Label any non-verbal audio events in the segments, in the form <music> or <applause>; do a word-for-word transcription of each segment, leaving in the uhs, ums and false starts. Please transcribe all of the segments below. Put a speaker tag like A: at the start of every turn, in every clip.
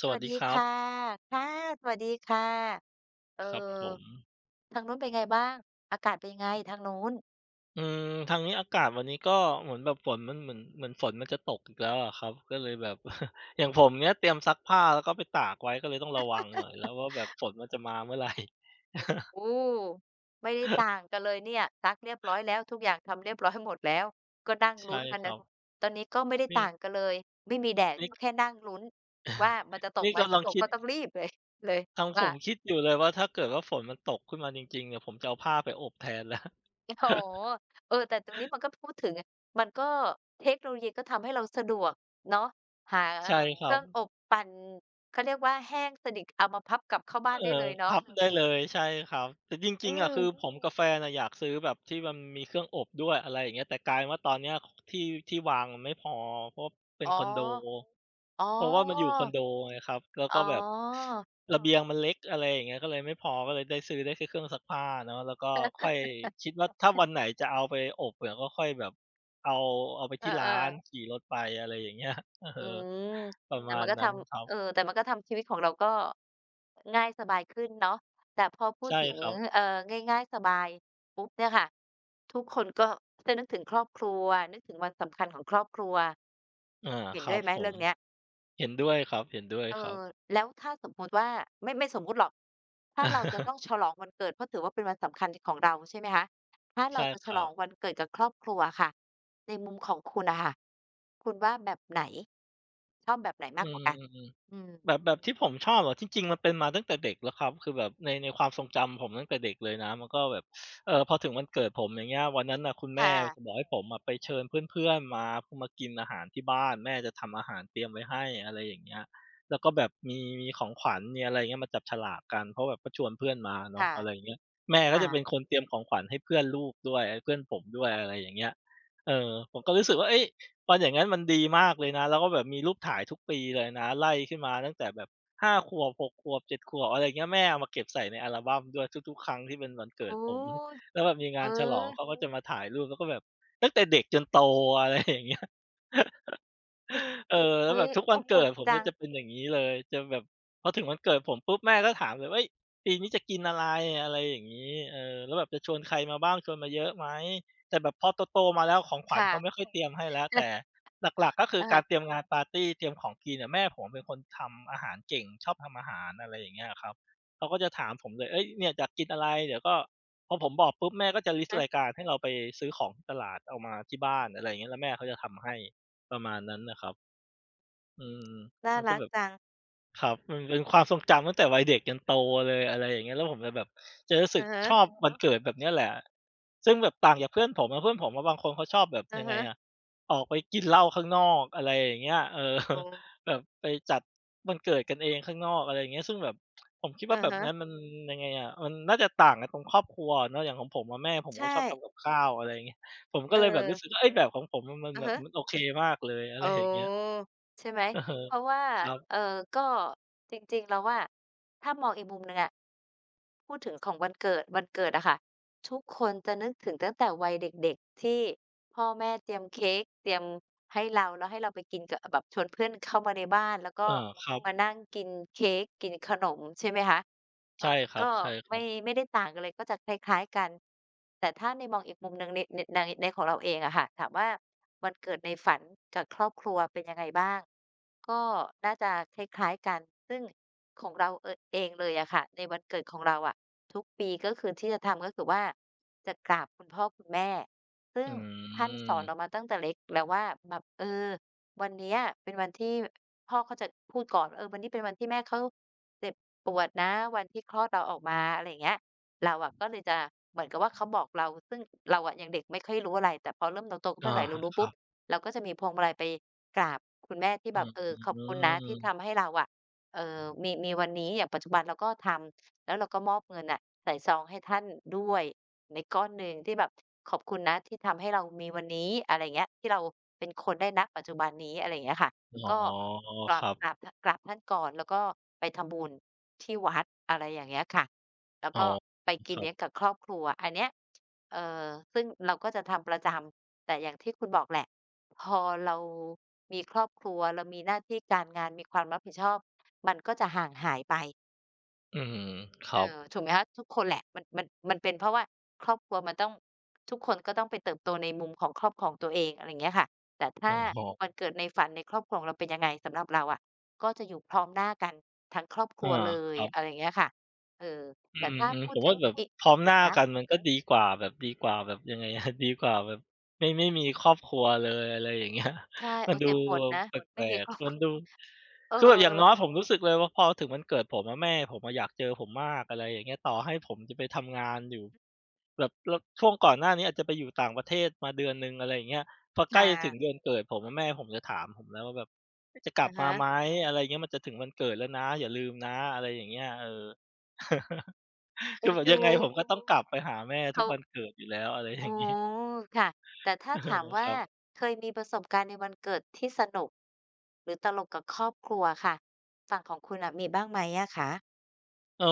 A: ส
B: ส
A: วัส
B: วัส
A: ดี
B: ดี
A: ครั
B: ค่ะค่ะสวัสดีค่ะเอ
A: บครับผม
B: อทางนู้นเป็นไงบ้างอากาศเป็นยังไงทางนู้น
A: อืมทางนี้อากาศวันนี้ก็เหมือนแบบฝนมันเหมือนเหมือนฝนมันจะตกอีกแล้วอะครับก็เลยแบบ <laughs> อย่างผมเนี้ยเตรียมซักผ้าแล้วก็ไปตากไว้ก็เลยต้องระวังหน่อยแล้วว่าแบบฝนมันจะมาเมื่อไหร่
B: โอ้ไม่ได้ต่างกันเลยเนี่ยซักเรียบร้อยแล้วทุกอย่างทำเรียบร้อยหมดแล้วก็นั่ง
A: <laughs>
B: ลุ้
A: ใช่
B: นมัน
A: ครั
B: น่ะ
A: บ
B: ตอนนี้ก็ไม่ได้
A: นี่
B: ต่างกันเลย ไม่มีแดดก็
A: นี่
B: แค่นั่งลุ้นว่ามันจะตก
A: นี่
B: ไหม
A: กำลั
B: ถ้า
A: ง
B: ตก
A: คิด
B: ก็ต้องรีบเลยเลย
A: ทางผ
B: ว่า
A: มคิดอยู่เลยว่าถ้าเกิดว่าฝนมันตกขึ้นมาจริงๆเนี่ยผมจะเอาผ้าไปอบแทนแล้ว
B: <laughs> โอ้โฮ
A: <laughs>
B: เออแต่ตรงนี้มันก็พูดถึงมันก็เทคโนโลยีก็ทำให้เราสะดวกเนาะหา
A: ใช่ค
B: เค
A: รั
B: รื่
A: บ
B: องอบปั่นเขาเรียกว่าแห้งสนิทเอามาพับกลับเข้าบ้าน
A: เอ
B: ได้
A: อ
B: เลยเนาะ
A: พับได้เลยใช่ครับแต่จริ
B: อื
A: งๆอะ
B: ม
A: คือผมกับแฟนอะอยากซื้อแบบที่มันมีเครื่องอบด้วยอะไรอย่างเงี้ยแต่กลายเป็นว่าตอนเนี้ยที่ที่วางมันไม่พอเพราะเป็น
B: อ๋อ
A: คอนโด
B: อ๋
A: เพราะว่ามันอยู่
B: อ
A: คอนโดไงครับแล้ว
B: อ๋
A: ก็
B: อ
A: แบบระเบียงมันเล็กอะไรอย่างเงี้ยก็เลยไม่พอก็เลยได้ซื้อได้แค่เครื่องซักผ้าเนาะแล้วก็ค่อยคิดว่าถ้าวันไหนจะเอาไปอบเนี่ยก็ค่อยแบบเอาเอาไป
B: เออ
A: ที่ร้าน
B: ๆ
A: ขี่รถไปอะไรอย่างเงี้ย <laughs> เอ
B: อื
A: อ
B: ม
A: ประ
B: แต่
A: มา
B: มั
A: ณ
B: นก็ท
A: นั้นครั
B: ำเออ
A: บ
B: แต่มันก็ทำชีวิตของเราก็ง่ายสบายขึ้นเนาะแต่พอพูด
A: ใช่
B: ถึง
A: ครับ
B: เอ่อง่ายๆสบายปุ๊บเนี่ยค่ะทุกคนก็จะนึกถึงครอบครัวนึกถึงวันสำคัญของครอบครัว
A: อา
B: เห็น
A: ครั
B: ด้ว
A: บ
B: ยไหม
A: ผม
B: เรื่องเนี้ย
A: เห็นด้วยครับเห็นด้วย
B: เออ
A: ครับ
B: แล้วถ้าสมมุติว่าไม่ไม่สมมุติหรอกถ้าเราจะต้องฉ
A: <laughs>
B: ลองวันเกิดเพราะถือว่าเป็นวันสำคัญของเราใช่ไหมคะถ้าเรา
A: ใช่
B: จะ
A: ค
B: ฉล
A: รั
B: อ
A: บ
B: งวันเกิดกับครอบครัวอะค่ะในมุมของคุณน่ะค่ะคุณว่าแบบไหนชอบแบบไหนมา
A: อื
B: กกว่ากัน
A: ม
B: อื
A: ๆ
B: ม
A: ๆแบบแบบที่ผมชอบเหรอจริงๆมันเป็นมาตั้งแต่เด็กแล้วครับคือแบบในในความทรงจำผมตั้งแต่เด็กเลยนะมันก็แบบเออพอถึงวันเกิดผมอย่างเงี้ยวันนั้นน่ะคุณแม่
B: ค่ะ
A: จะบอกให้ผมอะไปเชิญเพื่อนๆมาเพื่อมากินอาหารที่บ้านแม่จะทำอาหารเตรียมไว้ให้อะไรอย่างเงี้ยแล้วก็แบบมีมีของขวัญมีอะไรเงี้ยมาจับฉลากกันเพราะแบบก็ชวนเพื่อนมาเนาะ
B: ค่ะ
A: อะไรอย่างเงี้ยแม่ก็จะเป็นค
B: ค่ะ
A: นเตรียมของขวัญให้เพื่อนลูกด้วยเพื่อนผมด้วยอะไรอย่างเงี้ยเออผมก็รู้สึกว่าเอ้ย มันอย่างงั้นมันดีมากเลยนะแล้วก็แบบมีรูปถ่ายทุกปีเลยนะไล่ขึ้นมาตั้งแต่แบบห้าขวบหกขวบเจ็ดขวบอะไรอย่างเงี้ยแม่เอามาเก็บใส่ในอัลบัมด้วยทุกๆครั้งที่เป็นวันเกิด
B: โอ้
A: ผมแล้วแบบมีงา
B: เอ
A: นฉลองเขา
B: อ
A: ก็จะมาถ่ายรูปแล้วก็แบบตั้งแต่เด็กจนโตอะไรอย่างเงี้ย เออแล้ว
B: อุ๊
A: แบ
B: ย
A: บทุก
B: อ
A: วัน
B: บอุ่
A: เกิ
B: น
A: ดผม
B: จั
A: ก็
B: ง
A: จะเป็นอย่างงี้เลยจะแบบพอถึงวันเกิดผมปุ๊บแม่ก็ถามเลยเฮ้ยปีนี้จะกินอะไรอะไรอย่างงี้เออแล้วแบบจะชวนใครมาบ้างชวนมาเยอะไหมแต่แบบพอโตๆมาแล้วของขวัญ
B: ค่ะ
A: เขาไม่ค่อยเตรียมให้แล้วแต่
B: <laughs>
A: หลักๆก็คือ
B: อะ
A: กา
B: ฮะ
A: รเตรียมงานปาร์ตีเตรียมของกินอะแม่ผมเป็นคนทำอาหารเก่งชอบทำอาหารอะไรอย่างเงี้ยครับเขาก็จะถามผมเลยเฮ้ยเนี่ยอยากกินอะไรเดี๋ยวก็พอผมบอกปุ๊บแม่ก็จะลิสต์
B: ฮะ
A: รายการให้เราไปซื้อของที่ตลาดเอามาที่บ้านอะไรอย่างเงี้ยแล้วแม่เขาจะทำให้ ประมาณนั้นน่ะครับอืม
B: น่า
A: มันก็
B: รัก
A: แบบ
B: จัง
A: ครับมันเป็นความทรงจำตั้งแต่วัยเด็กยันโตเลยอะไรอย่างเงี้ยแล้วผมจะแบบจะรู้สึก
B: อะฮะ
A: ชอบวันเกิดแบบเนี้ยแหละซึ่งแบบต่างจากเพื่อนผมอะเพื่อนผมอะบางคนเขาชอบแบบ
B: อะ
A: ยังไงอะ
B: ฮะ
A: ออกไปกินเหล้าข้างนอกอะไรอย่างเงี้ยเออ
B: อื
A: <laughs>
B: ม
A: แบบไปจัดวันเกิดกันเองข้างนอกอะไรอย่างเงี้ยซึ่งแบบผมคิดว่า
B: อะ
A: แบบ
B: ฮะ
A: นั้นมันยังไงอะมันน่าจะต่างกันตรงครอบครัวอะเนาะอย่างของผมอะแม่ผมเขา
B: ใช่
A: ชอบทำกับข้าวอะไรอย่างเงี้ยผมก็
B: เออ
A: เลยแบบรู้สึกว่าเฮ้ยแบบของผมมันมัน
B: อะ
A: แบบ
B: ฮะ
A: มันโอเคมากเลยอะ
B: เอ
A: ไรอย่างเงี้ย
B: อใช่ไหม
A: อะฮะ
B: เพราะว่า
A: ครับ
B: เอ่อ
A: <laughs>
B: ก็จริงๆเราว่าถ้ามองอีกมุมหนึ่งอะ พูดถึงของวันเกิดวันเกิดอะค่ะทุกคนจะนึกถึงตั้งแต่วัยเด็กๆที่พ่อแม่เตรียมเค้กเตรียมให้เราแล้วให้เราไปกินกับแบบชวนเพื่อนเข้ามาในบ้านแล้วก็
A: อาครับ
B: มานั่งกินเค้กกินขนมใช่ไหมคะเออ
A: ใช่ครั
B: ก็
A: บใช่ครั
B: ไม่
A: บ
B: ไม่ได้ต่างกันเลยก็จะคล้ายๆกันแต่ถ้าในมองอีกมุมหนึ่งในในในในของเราเองอะค่ะถามว่าวันเกิดในฝันกับครอบครัวเป็นยังไงบ้างก็น่าจะคล้ายๆกันซึ่ง ของเราเออเองเลยอะค่ะในวันเกิดของเราอะทุกปีก็คือที่จะทำก็คือว่าจะกราบคุณพ่อคุณแม่ซึ่
A: อื
B: งท่านสอนเรา
A: ม
B: มาตั้งแต่เล็กแล้วว่าแบบเออวันเนี้ยเป็นวันที่พ่อเขาจะพูดก่อนว่าเออวันนี้เป็นวันที่แม่เขาเจ็บปวดนะวันที่คลอดเราออกมาอะไรอย่างเงี้ยเราอะก็เลยจะเหมือนกับว่าเขาบอกเราซึ่งเราอะยังเด็กไม่ค่อยรู้อะไรแต่พอเริ่มโตๆขึ้น
A: อา
B: มาหน่อยเรารู้
A: ครั
B: ปุ๊บ
A: บ
B: เราก็จะมีพวงมาลัยไปกราบคุณแม่ที่
A: อื
B: แบบเออขอบคุณนะที่
A: ม
B: ทำให้เราอะ เอ่อมีมีวันนี้อย่างปัจจุบันเราก็ทำแล้วเราก็มอบเงินน่ะใส่ซองให้ท่านด้วยในก้อนหนึ่งที่แบบขอบคุณนะที่ทำให้เรามีวันนี้อะไรอย่างเงี้ยที่เราเป็นคนได้ณปัจจุบันนี้อะไรอย่างเงี้ยค่ะ
A: อ๋อ
B: ก็ก
A: ค
B: ราบ
A: รับ
B: กราบทกราบท่านก่อนแล้วก็ไปทำบุญที่วัดอะไรอย่างเงี้ยค่ะแล้ว
A: อ๋อ
B: ก็ไปกิ
A: ค
B: น
A: รั
B: เลี้ยง
A: บ
B: กับครอบครัวอันเนี้ยเอ่อซึ่งเราก็จะทำประจำแต่อย่างที่คุณบอกแหละ พอเรามีครอบครัวเรามีหน้าที่การงานมีความรับผิดชอบมันก็จะห่างหายไป
A: อืมค
B: เออ
A: รับ
B: ถูกไหมคะทุกคนแหละมันมันมันเป็นเพราะว่าครอบครัวมันต้องทุกคนก็ต้องไปเติบโตในมุมของครอบครัวของตัวเองอะไรอย่างเงี้ยค่ะแต่
A: อ๋
B: ถ้าวัน
A: อ
B: เกิดในฝันในครอบครัวของเราเป็นยังไงสำหรับเราอะก็จะอยู่พร้อมหน้ากันทั้งครอบค
A: อา
B: รัวเล
A: ค
B: ย
A: รับ
B: อะไรอย่างเงี้ยค่ะเออ
A: อื
B: แต่ถ้า
A: ม
B: พู
A: ๆผ
B: ด
A: ม
B: ถึ
A: ว่า
B: ง
A: แบบ
B: อีก
A: พร้อมหน้ากัน
B: คะ
A: มันก็ดีกว่าแบบดีกว่าแบบยังไง <laughs> อะดีกว่าแบบไม่ไม่มีครอบครัวเลยอะไรอย่างเงี้ย
B: ใช่
A: <laughs> มั
B: โอ๊
A: น
B: ย
A: ดู
B: เจ็บปวดนะ
A: แป
B: ไม่
A: ล
B: มี
A: ก
B: ครอบ
A: ๆ
B: ค
A: มันดู
B: เออ
A: คือแบบอย่างน้อยผมรู้สึกเลยว่าพอถึงวันเกิดผมอะแม่ผมอะอยากเจอผมมากอะไรอย่างเงี้ยต่อให้ผมจะไปทำงานอยู่ แบบแล้วช่วงก่อนหน้านี้อาจจะไปอยู่ต่างประเทศมาเดือนหนึ่งอะไรอย่างเงี้ยพอใก
B: ค่
A: ล้ถึงเดือ
B: ะ
A: นเกิดผมอะแม่ผมจะถามผมแล้วว่าแบบเฮ้ยจะกลับ
B: อะ
A: มา
B: ฮะ
A: ไหมอะไรอย่างเงี้ยมันจะถึงวันเกิดแล้วนะอย่าลืมนะอะไรอย่างเงี้ยเออ <laughs> คื
B: เอ็
A: อ
B: น
A: แบบยั
B: ดู
A: งไงผมก็ต้องกลับไปหาแม่ทุก
B: เขา
A: วันเกิดอยู่แล้วอะไรอ
B: อ๋อ
A: ย่างงี้ <laughs>
B: ค่ะ แต่ถ้า
A: เอ
B: ถาม
A: อค
B: ว่า
A: รับ
B: เคยมีประสบการณ์ในวันเกิดที่สนุกหรือตลกกับครอบครัวค่ะ ฝั่งของคุณน่ะมีบ้างไหมอะคะ
A: เออ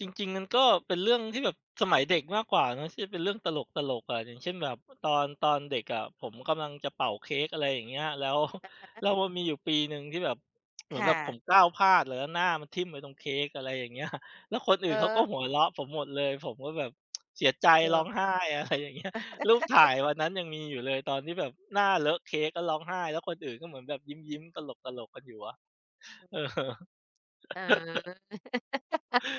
A: จริงๆมันก็เป็นเรื่องที่แบบสมัยเด็กมากกว่าเนาะที่เป็นเรื่องตลกๆอะอย่างเช่นแบบตอนตอนเด็กอะผมกำลังจะเป่าเค้กอะไรอย่างเงี้ยแล้ว <laughs> แล้วมันมีอยู่ปีหนึ่งที่แบบเหมือนแบ
B: ค่ะ
A: บผมก้าวพลาดแล้วหน้ามันทิ่มไปตรงเค้กอะไรอย่างเงี้ย <laughs> แล้วคนอื่
B: เอ
A: นเขา
B: อ
A: ก็หัวเราะผมหมดเลยผมก็แบบเสียใจ
B: เอ
A: ร้อง
B: อ
A: ไห้อะไรอย่างเงี้ย <laughs> รูปถ่ายวันนั้นยังมีอยู่เลยตอนที่แบบหน้าเลอะเค้กกร้องไห้แล้วคนอื่นก็เหมือนแบบยิ้มๆตลกๆกันอยู่อะเออ
B: เออ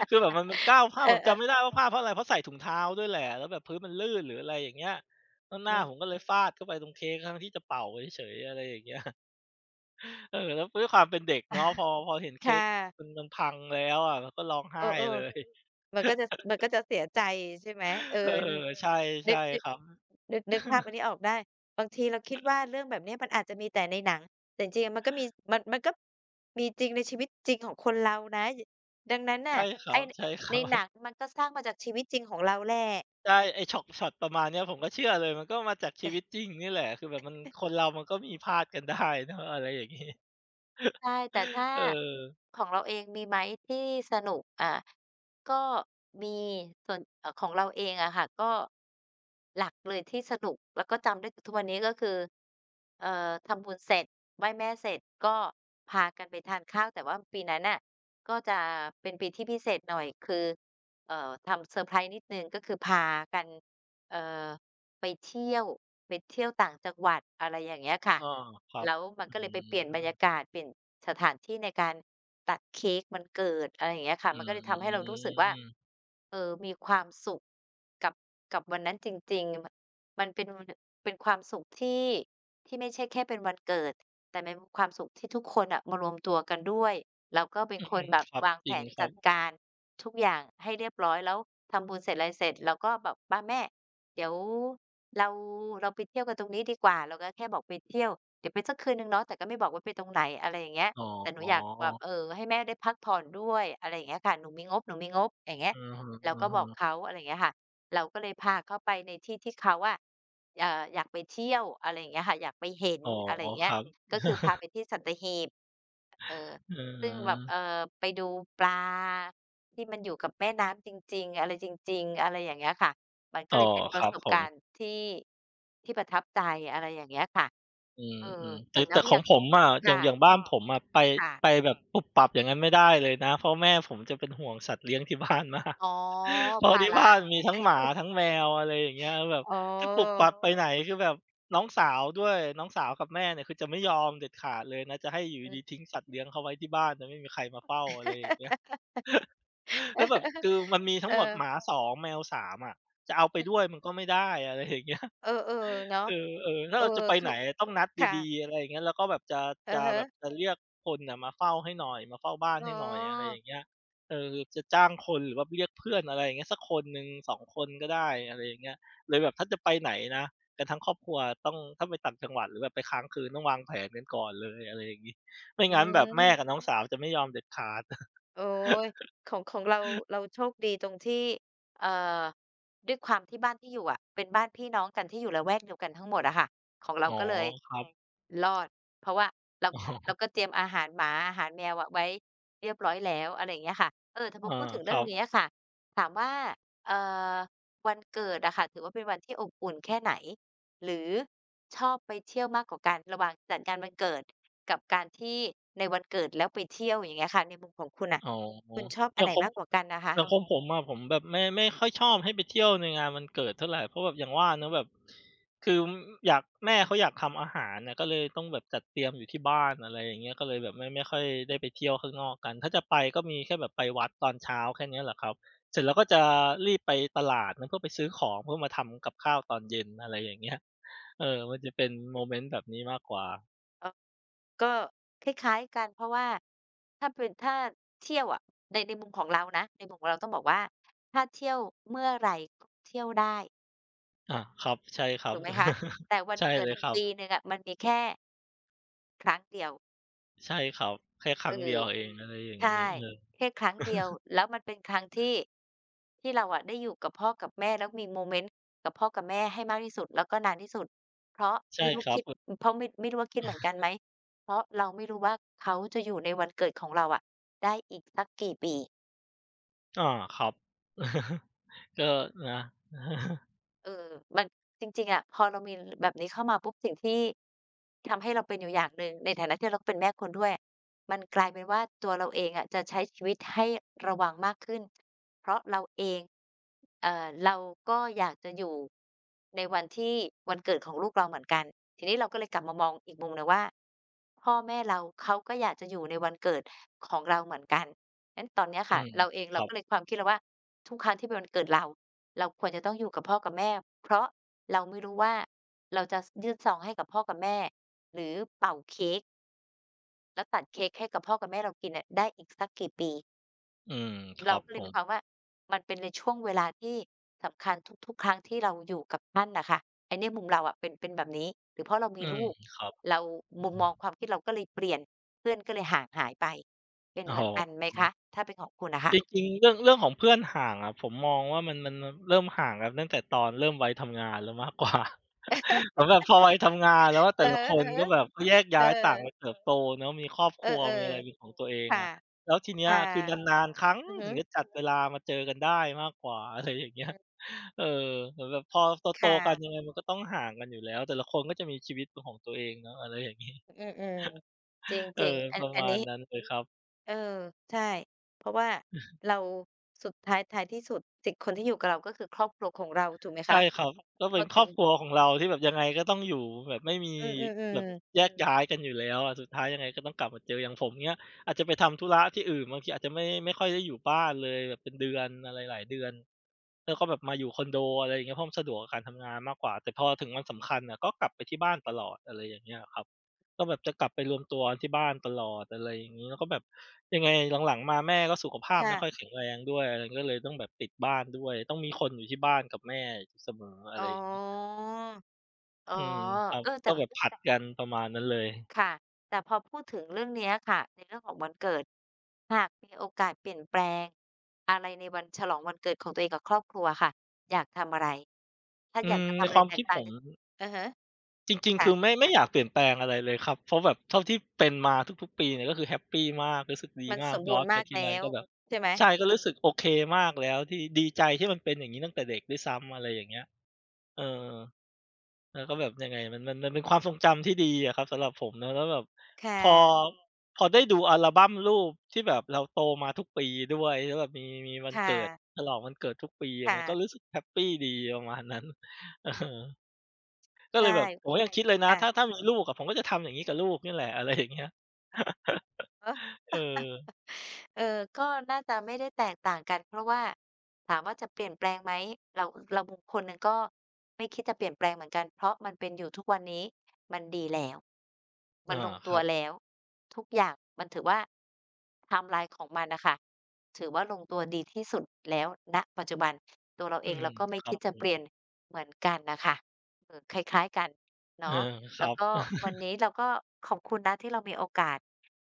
A: คือแบบมันมันก้าวพลาด
B: เอ
A: ผมจำ
B: อ
A: ไม่ได้
B: ๆ
A: ว่าพลาดเพราะอะไรเพราะใส่ถุงเท้าด้วยแหละแล้วแบบพื้นมันลื่นหรืออะไรอย่างเงี้ยแล้วห
B: อื
A: น้าผมก็
B: ม
A: เลยฟาดเข้าไปตรงเค้กทั้งที่จะเป่าเฉยๆอะไรอย่างเงี้ย <laughs> เออแล้วด้วยความเป็นเด็กเนาะพอพอเห็น
B: <laughs>
A: เค้
B: ค่
A: กมัน
B: ะ
A: มันพังแล้วอะเราก็ร้อง
B: เอ
A: ไห้
B: อ
A: เลย
B: ๆมันก็จะ
A: <laughs>
B: มันก็จะเสียใจใช่ไหมเออ
A: เออใช่
B: นึ
A: ใช่
B: กนึ
A: ค
B: ก
A: รับ
B: นึกนึกภาพอัน
A: <laughs>
B: นี้ออกได้บางทีเราคิดว่าเรื่องแบบเนี้ยมันอาจจะมีแต่ในหนังแต่จริงๆอะมันก็มีมันมันก็มีจริงในชีวิตจริงของคนเรานะยดังนั้นน่ะ
A: ใช่ครั
B: ไอ้
A: บๆใ
B: ในหนังมันก็สร้างมาจากชีวิตจริงของเราแหละ
A: ช่ไอ้ช็อตช็อตประมาณเนี้ยผมก็เชื่อเลยมันก็มาจากชีวิตจริงนี่แหละคือแบบมันคนเรามันก็มีพลาดกันได้เนาะอะไรอย่างงี้
B: ใช่แต่
A: <laughs>
B: ถ้า
A: เออ
B: ของเราเองมีไหมที่สนุกอ่าก็มีส่วนเอ่อของเราเองอะค่ะก็หลักเลยที่สนุกแล้วก็จำได้ถึงทุกวันนี้ก็คือเอ่อทำบุญเสร็จไหว้แม่เสร็จก็พากันไปทานข้าวแต่ว่าปีนั้นน่ะก็จะเป็นปีที่พิเศษหน่อยคือเอ่อทำเซอร์ไพรส์นิดหนึ่งก็คือพากันเอ่อ ไปเที่ยวไปเที่ยวต่างจังหวัดอะไรอย่างเงี้ยค่ะ
A: อ้อครับ
B: แล้วมัน
A: อื
B: ก็เลยไปเปลี่ยนบร
A: ม
B: รยากาศเปลี่ยนสถานที่ในการตัดเค้กวันเกิดอะไรอย่างเงี้ยค่ะ
A: อ
B: มันก็เลยทำให้
A: ื
B: เรารู้สึกว่า
A: ม
B: เออมีความสุขกับกับวันนั้นจริงๆมมันเป็นมันเป็นความสุขที่ที่ไม่ใช่แค่เป็นวันเกิดแต่มันเป็นความสุขที่ทุกคนอะมารวมตัวกันด้วยแล้วก็เป็นคนแบบ
A: ครับ
B: วาง
A: จ
B: แผ
A: ริง
B: น
A: ครั
B: จัด
A: บ
B: การทุกอย่างให้เรียบร้อยแล้วทำบุญเสร็จไรเสร็จเราก็แบบมาแม่เดี๋ยว เราเราไปเที่ยวกันตรงนี้ดีกว่าเราก็แค่บอกไปเที่ยวเดี๋ยวไปสักคืนหนึ่งเนาะแต่ก็ไม่บอกว่าไปตรงไหนอะไรอย่างเงี้ย
A: อ
B: แต่ห
A: ๋
B: นู
A: อ
B: อยากแบบเออให้แม่ได้พักผ่อนด้วยอะไรอย่างเงี้ยค่ะหนูมีงบหนูมีงบอย่างเงี้ย
A: อือฮึ
B: เราก็บอก
A: ๆ
B: เขาอะไรอย่างเงี้ยค่ะเราก็เลยพาเขาไปในที่ที่เขาอะเอ่ออยากไปเที่ยวอะไรอย่างเงี้ยค่ะอยากไปเห็น
A: อ๋อ
B: อะไรอย่าง
A: ค
B: เงี้ย
A: รับ
B: ก็คือพาไปที่สัตหีบเออ
A: อื
B: ซึ่งแบบเอ่อ
A: ม
B: ไปดูปลาที่มันอยู่กับแม่น้ำจริงๆอะไรจริงๆอะไรอย่างเงี้ยค่ะ มันก็
A: อ๋อ
B: เลยเป็นป
A: ค
B: ระ
A: รับ
B: สบ
A: ผ
B: กา
A: ม
B: รณ์ที่ที่ประทับใจอะไรอย่างเงี้ยค่ะ
A: อื
B: เออ
A: มๆแต่
B: แล้
A: แต่
B: ว
A: ข
B: อ
A: อง
B: ย่าง
A: ผมอะอย่า
B: ค่ะ
A: งอย่างบ้านผมอะไป
B: ค่ะ
A: ไปแบบปุบปับอย่างนั้นไม่ได้เลยนะเพราะแม่ผมจะเป็นห่วงสัตว์เลี้ยงที่ <laughs> บ้านมาก
B: อ๋อ
A: เพราะ
B: ภา
A: ที่
B: ระ
A: บ้านมี
B: <laughs>
A: ทั้งหมา
B: เอ๊ะ
A: ทั้งแมวอะไรอย่างเงี้ยแบบ
B: อ๋อ
A: ถ้าปุ๋บปับไปไหนคือแบบน้องสาวด้วยน้องสาวกับแม่เนี่ยคือจะไม่ยอมเด็ดขาดเลยนะจะให้อยู่
B: อื
A: ดี
B: ม
A: ๆทิ้งสัตว์เลี้ยงเขาไว้ที่บ้านแตไม่มีใครมาเฝ้าอะไรอย่างเงี้ย <laughs> แล้วแบบ
B: <laughs>
A: คือมันมีทั้งหมดห
B: เออ
A: มาสองแมวสามอะจะเอาไปด้ว
B: อื
A: ย
B: ม
A: มันก็ไม่ได้อะไรอย่างเงี้ย
B: เออๆเนาะ
A: <laughs> เออเออถ้า
B: เออ
A: เราจะไป
B: คื
A: ไหน
B: อ
A: ต้องนัด
B: ค่ะ
A: ดีๆอะไรอย่างเงี้ยแล้วก็แบบจะ
B: อะ
A: จะ
B: ฮะ
A: แบบจะเรียกคนน่ะมาเฝ้าให้หน่อยมาเฝ้าบ้าน
B: อ๋อ
A: ให้หน่อยอะไรอย่างเงี้ยเออจะจ้างคนหรือว่าเรียกเพื่อนอะไรอย่างเงี้ยสักคนหนึ่งสองคนก็ได้อะไรอย่างเงี้ยเลยแบบถ้าจะไปไหนนะกันทั้งครอบครัวต้องถ้าไปต่างจังหวัดหรือแบบไปค้างคืนต้องวางแผนกันก่อนเลยอะไรอย่างงี้ไม่
B: อื
A: งั้นแบบแม่กับ
B: ม
A: น้องสาวจะไม่ยอมเด็ดขาด <laughs>
B: โอ้ย ของของเราเราโชคดีตรงที่เอ่อด้วยความที่บ้านที่อยู่อะเป็นบ้านพี่น้องกันที่อยู่ละแวกเดียวกันทั้งหมดอะค่ะของเรา
A: อ๋อ
B: ก็เลย
A: ครับ
B: รอดเพราะว่าเราเรา
A: <laughs> อ๋อ
B: ก็เตรียมอาหารหมาอาหารแมวอะไว้เรียบร้อยแล้วอะไรอย่างเงี้ยค่ะเออแต่พอ
A: อา
B: พูดถึง
A: ค
B: เรื่อง
A: รับ
B: นี้อะค่ะถามว่าเอ่อวันเกิดอะค่ะถือว่าเป็นวันที่อบอุ่นแค่ไหนหรือชอบไปเที่ยวมากกว่ากันระหว่างจัดงานวันเกิด กับการที่ในวันเกิดแล้วไปเที่ยวอย่างเงี้ยค่ะในมุมของคุณน่ะ
A: อ๋อ
B: คุณชอบ
A: อ
B: อัน
A: ย่าง
B: ไหน
A: ของ
B: มากกว่ากันนะคะ
A: อย่างของผมอะผมแบบไม่ไม่ค่อยชอบให้ไปเที่ยวในงานวันเกิดเท่าไรเพราะแบบอย่างว่าเนาะแบบคือออยากแม่เขาอยากทำอาหารน่ะก็เลยต้องแบบจัดเตรียมอยู่ที่บ้านอะไรอย่างเงี้ยก็เลยแบบไม่ไม่ค่อยได้ไปเที่ยวข้างนอกกันถ้าจะไปก็มีแค่แบบไปวัดตอนเช้าแค่เนี้ยแหละครับเสร็จแล้วก็จะรีบไปตลาดนะเพื่อไปซื้อของเพื่อมาทำกับข้าวตอนเย็นอะไรอย่างเงี้ยเออมันจะเป็นโมเมนต์แบบนี้มากกว่า
B: เออก็คล้ายๆกันเพราะว่าถ้าเป็นถ้าเที่ยวอะในในมุมของเรานะในมุมของเราต้องบอกว่าถ้าเที่ยวเมื่อไรก็เที่ยวได้
A: อาครับใช่ครับ
B: ถูกไหมคะแต่วั
A: <laughs>
B: น
A: ใช่
B: เกิ
A: เล
B: ด
A: ย
B: อะ
A: ครับ
B: ปีหนึ่งอะมันมีแค่ครั้งเดียว
A: ใช่ครับแค่ค
B: เอ
A: รั้งเดีย
B: อ
A: วเองอะไรอย่าง
B: ใช่
A: งี้เออ
B: แค่ครั้งเดียว
A: <laughs>
B: แล้วมันเป็นครั้งที่ที่เราอะได้อยู่กับพ่อกับแม่แล้วมีโมเมนต์กับพ่อกับแม่ให้มากที่สุดแล้วก็นานที่สุดเพราะ
A: ใช่
B: ไม่รู้
A: ครับ
B: คิดเพราะไม่ไม่รู้ว่าคิดเหมือนกันไหมเพราะเราไม่รู้ว่าเขาจะอยู่ในวันเกิดของเราอะได้อีกสักกี่ปี
A: ออาครับ <laughs> ก็นะ <laughs>
B: เออมันจริงๆอะพอเรามีแบบนี้เข้ามาปุ๊บสิ่งที่ทำให้เราเป็นอยู่อย่างหนึ่งในฐานะที่เราก็เป็นแม่คนด้วยมันกลายเป็นว่าตัวเราเองอะจะใช้ชีวิตให้ระวังมากขึ้นเพราะเราเองเอ่อเราก็อยากจะอยู่ในวันที่วันเกิดของลูกเราเหมือนกันทีนี้เราก็เลยกลับมามองอีกมุมหนึ่งว่าพ่อแม่เราเขาก็อยากจะอยู่ในวันเกิดของเราเหมือนกันงั้นตอนเนี้ย
A: อื
B: ค่ะ
A: ม
B: เราเอง
A: ค
B: เรา
A: รับ
B: ก็เลยความคิดเราว่าทุกครั้งที่เป็นวันเกิดเรา เราควรจะต้องอยู่กับพ่อกับแม่เพราะเราไม่รู้ว่าเราจะสยื่นซองให้กับพ่อกับแม่หรือเป่าเค้กแล้วตัดเค้กให้กับพ่อกับแม่เรากินเนี่ยได้อีกสักกี่ปี
A: อืมค
B: เรา
A: รับ
B: ก็เล
A: ผ
B: ยมี
A: ม
B: ความว่ามันเป็นในช่วงเวลาที่สำคัญทุกๆครั้งที่เราอยู่กับท่านน่ะค่ะไอ้เนี่ยมุมเราอะเป็นเป็นแบบนี้หรือเพราะเรา
A: อื
B: มี
A: ม
B: ลูก
A: ครับ
B: เรามุมมองความคิดเราก็เลยเปลี่ยนเพื่อนก็เลยห่างหายไปเป็น
A: อ๋
B: เหมือนกัน
A: อ
B: ไหมคะถ้าเป็นของคุณน่ะ
A: จ
B: ค่ะ
A: ริงๆเรื่องเรื่องของเพื่อนห่างอะผมมองว่ามันมันมันเริ่มห่างกันตั้งแต่ตอนเริ่มวัยทำงานแล้วมากกว่า <laughs> เหมือนแบบพอวัยทำงานแล้วอะแต่
B: อือ
A: ละคน
B: ฮึ
A: ก็แบบก็แยก
B: ๆเออ
A: ย้ายต่างไปเติบโตเนาะมีครอบค
B: เออ
A: รัว
B: เออ
A: มีอะไรเป็นของตัวเอ
B: ๆ
A: ง
B: ค่ะ
A: อะแล้วทีเนี้ย
B: ค่ะ
A: คือนานๆครั้ง
B: อือฮึ
A: ถึงจะจัดเวลามาเจอกันได้มากกว่า <laughs> อะไรอย่างเงี้
B: อื
A: ย
B: ม
A: เออเหมือนแบบพอโต
B: ค่ะ
A: ๆกันยังไงมันก็ต้องห่างกันอยู่แล้วแต่ละคนก็จะมีชีวิตเป็นของตัวเองเนาะอะไรอย่างงี้
B: อืมๆจ
A: <laughs> เออ
B: ริงๆอั
A: ป
B: น
A: ระ
B: อัน
A: มาณ
B: นี้
A: นั้นเลยครับ
B: เออ ใช่เพราะว่าเราสุดท้ายท้ายที่สุดสิคนที่อยู่กับเราก็คือครอบครัวของเราถูกไหม
A: ใช่
B: คะ
A: ครับก็
B: พ
A: เป็
B: อ
A: นค
B: ถึ
A: รอ
B: ง
A: บครัวของเราที่แบบยังไงก็ต้องอยู่แบบไม่มี
B: อืม
A: แบบ
B: ๆ
A: แย
B: ๆ
A: กย้ายกันอยู่แล้วอะสุดท้ายยังไงก็ต้องกลับมาเจออย่างผมเงี้ยอาจจะไปทำธุระที่อื่นบางทีอาจจะไม่ไม่ค่อยได้อยู่บ้านเลยแบบเป็นเดือนอะไรหลายเดือนแล้วก็แบบมาอยู่คอนโดอะไรอย่างเงี้ยเพราะมันสะดวกกับการทำงานมากกว่าแต่พอถึงวันสำคัญอะก็กลับไปที่บ้านตลอดอะไรอย่างเงี้ยครับ ก็แบบจะกลับไปรวมตัวที่บ้านตลอดอะไรอย่างงี้แล้วก็แบบยังไงหลังๆมาแม่ก็สุขภาพ
B: ค่ะ
A: ไม่ค่อยแข็งแรงด้วยอะไรก็เลยต้องแบบติดบ้านด้วยต้องมีคนอยู่ที่บ้านกับแม่อยู่เสมออะ
B: อ๋อ
A: ไรอย่างเงี้ย
B: อ๋อ
A: อืมครับ
B: เออแต่
A: ก็แบบผลัดกันประมาณนั้นเลย
B: ค่ะ แต่พอพูดถึงเรื่องเนี้ยค่ะในเรื่องของวันเกิด หากมีโอกาสเปลี่ยนแปลงอะไรในวันฉลองวันเกิดของตัวเองกับครอบครัวค่ะอยากทำอะไรถ้า
A: อื
B: อยาก
A: ม
B: จะ
A: ใน
B: ทำอะ
A: ค
B: ไร
A: วาม
B: แต
A: คิ
B: ก
A: ด
B: ต่า
A: ผ
B: ง
A: ม
B: จากอะฮะ
A: จริงๆคือ
B: ค่ะ
A: ไม่ไม่อยากเปลี่ยนแปลงอะไรเลยครับเพราะแบบเท่าที่เป็นมาทุกๆปีเนี่ยก็คือแฮปปีมากรู้สึกดี
B: มัน
A: มา
B: ส
A: ก
B: ม
A: ย้
B: บู
A: อ
B: ร
A: น
B: ณ์
A: ไป
B: มาก
A: ทีไร
B: แล้ว
A: ก็แบบ
B: ใช่ไหม
A: ใช่ก็รู้สึกโอเคมากแล้วที่ดีใจที่มันเป็นอย่างงี้ตั้งแต่เด็กด้วยซ้ำอะไรอย่างเงี้ยเออ แล้วก็แบบยังไงมันมันมันเป็นความทรงจำที่ดีอะครับสำหรับผมนะแล้วแบบ
B: ค
A: พอ
B: ่ะ
A: พอได้ดูอัลบัมรูปที่แบบเราโตมาทุกปีด้วยแล้วแบบมีมีวัน
B: ค่ะ
A: เกิดฉลองวันเกิดทุกปีมันก็รู้
B: ค่ะ
A: สึกแฮปปีดีประมาณนั้น <laughs> เอ
B: อือ
A: อก็เล
B: ใช่
A: ยแบบผมก็ยังคิดเลยนะถ้าถ้า
B: ค่ะ
A: มีลูกอะผมก็จะทำอย่างงี้กับลูกเนี่ยแหละอะไรอย่างเงี้ย <laughs>
B: อะ
A: เอ
B: ะ
A: อ
B: เออก็น่าจะไม่ได้แตกต่างกันเพราะว่าถามว่าจะเปลี่ยนแปลงไหมเราเรามุมคนหนึ่งก็ไม่คิดจะเปลี่ยนแปลงเหมือนกันเพราะมันเป็นอยู่ทุกวันนี้มันดีแล้วมัน
A: อา
B: ลง
A: ค
B: ตัว
A: รับ
B: แล้วทุกอย่างมันถือว่าไทม์ไลน์ของมันน่ะค่ะถือว่าลงตัวดีที่สุดแล้วณปัจจุบันตัวเรา
A: อื
B: เอง
A: ม
B: เราก็ไม่
A: ครับ
B: คิด
A: ผ
B: จะเป
A: ม
B: ลี่ยนเหมือนกันน่ะค่ะเออคล้ายๆกัน
A: เออ
B: เนาะ
A: ครั
B: แล้ว
A: บ
B: ก็วันนี้เราก็ขอบคุณนะที่เรามีโอกาส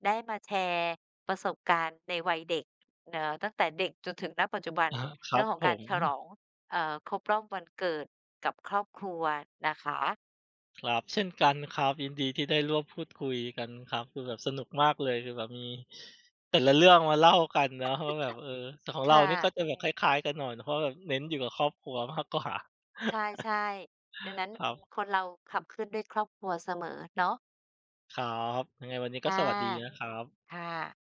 B: ได้มาแชร์ประสบการณ์ในวัยเด็กเอ่อตั้งแต่เด็กจนถึงณปัจจุบั
A: <laughs>
B: น
A: อะฮะครั
B: เรื่อ
A: บ
B: งของ
A: ผ
B: การ
A: ม
B: ฉลองเอ่อครบรอบวันเกิดกับครอบครัวนะคะ
A: ครับเช่นกันครับยินดีที่ได้ร่วมพูดคุยกันครับคือแบบสนุกมากเลยคือแบบมีแต่ละเรื่องมาเล่ากันเนาะว่าแบบเออแต่ของเรา
B: ค่ะ
A: นี่ก็จะแบบคล้ายๆกันหน่อยเพราะแบบเน้นอยู่กับครอบครัวมากกว่า
B: ใช่ๆดังนั้น
A: <laughs> ครับ
B: คนเราขับเคลื่อนด้วยครอบครัวเสมอเนาะ
A: ครับยังไงวันนี้ก็
B: อา
A: สวัสดีนะครับ
B: ค่ะ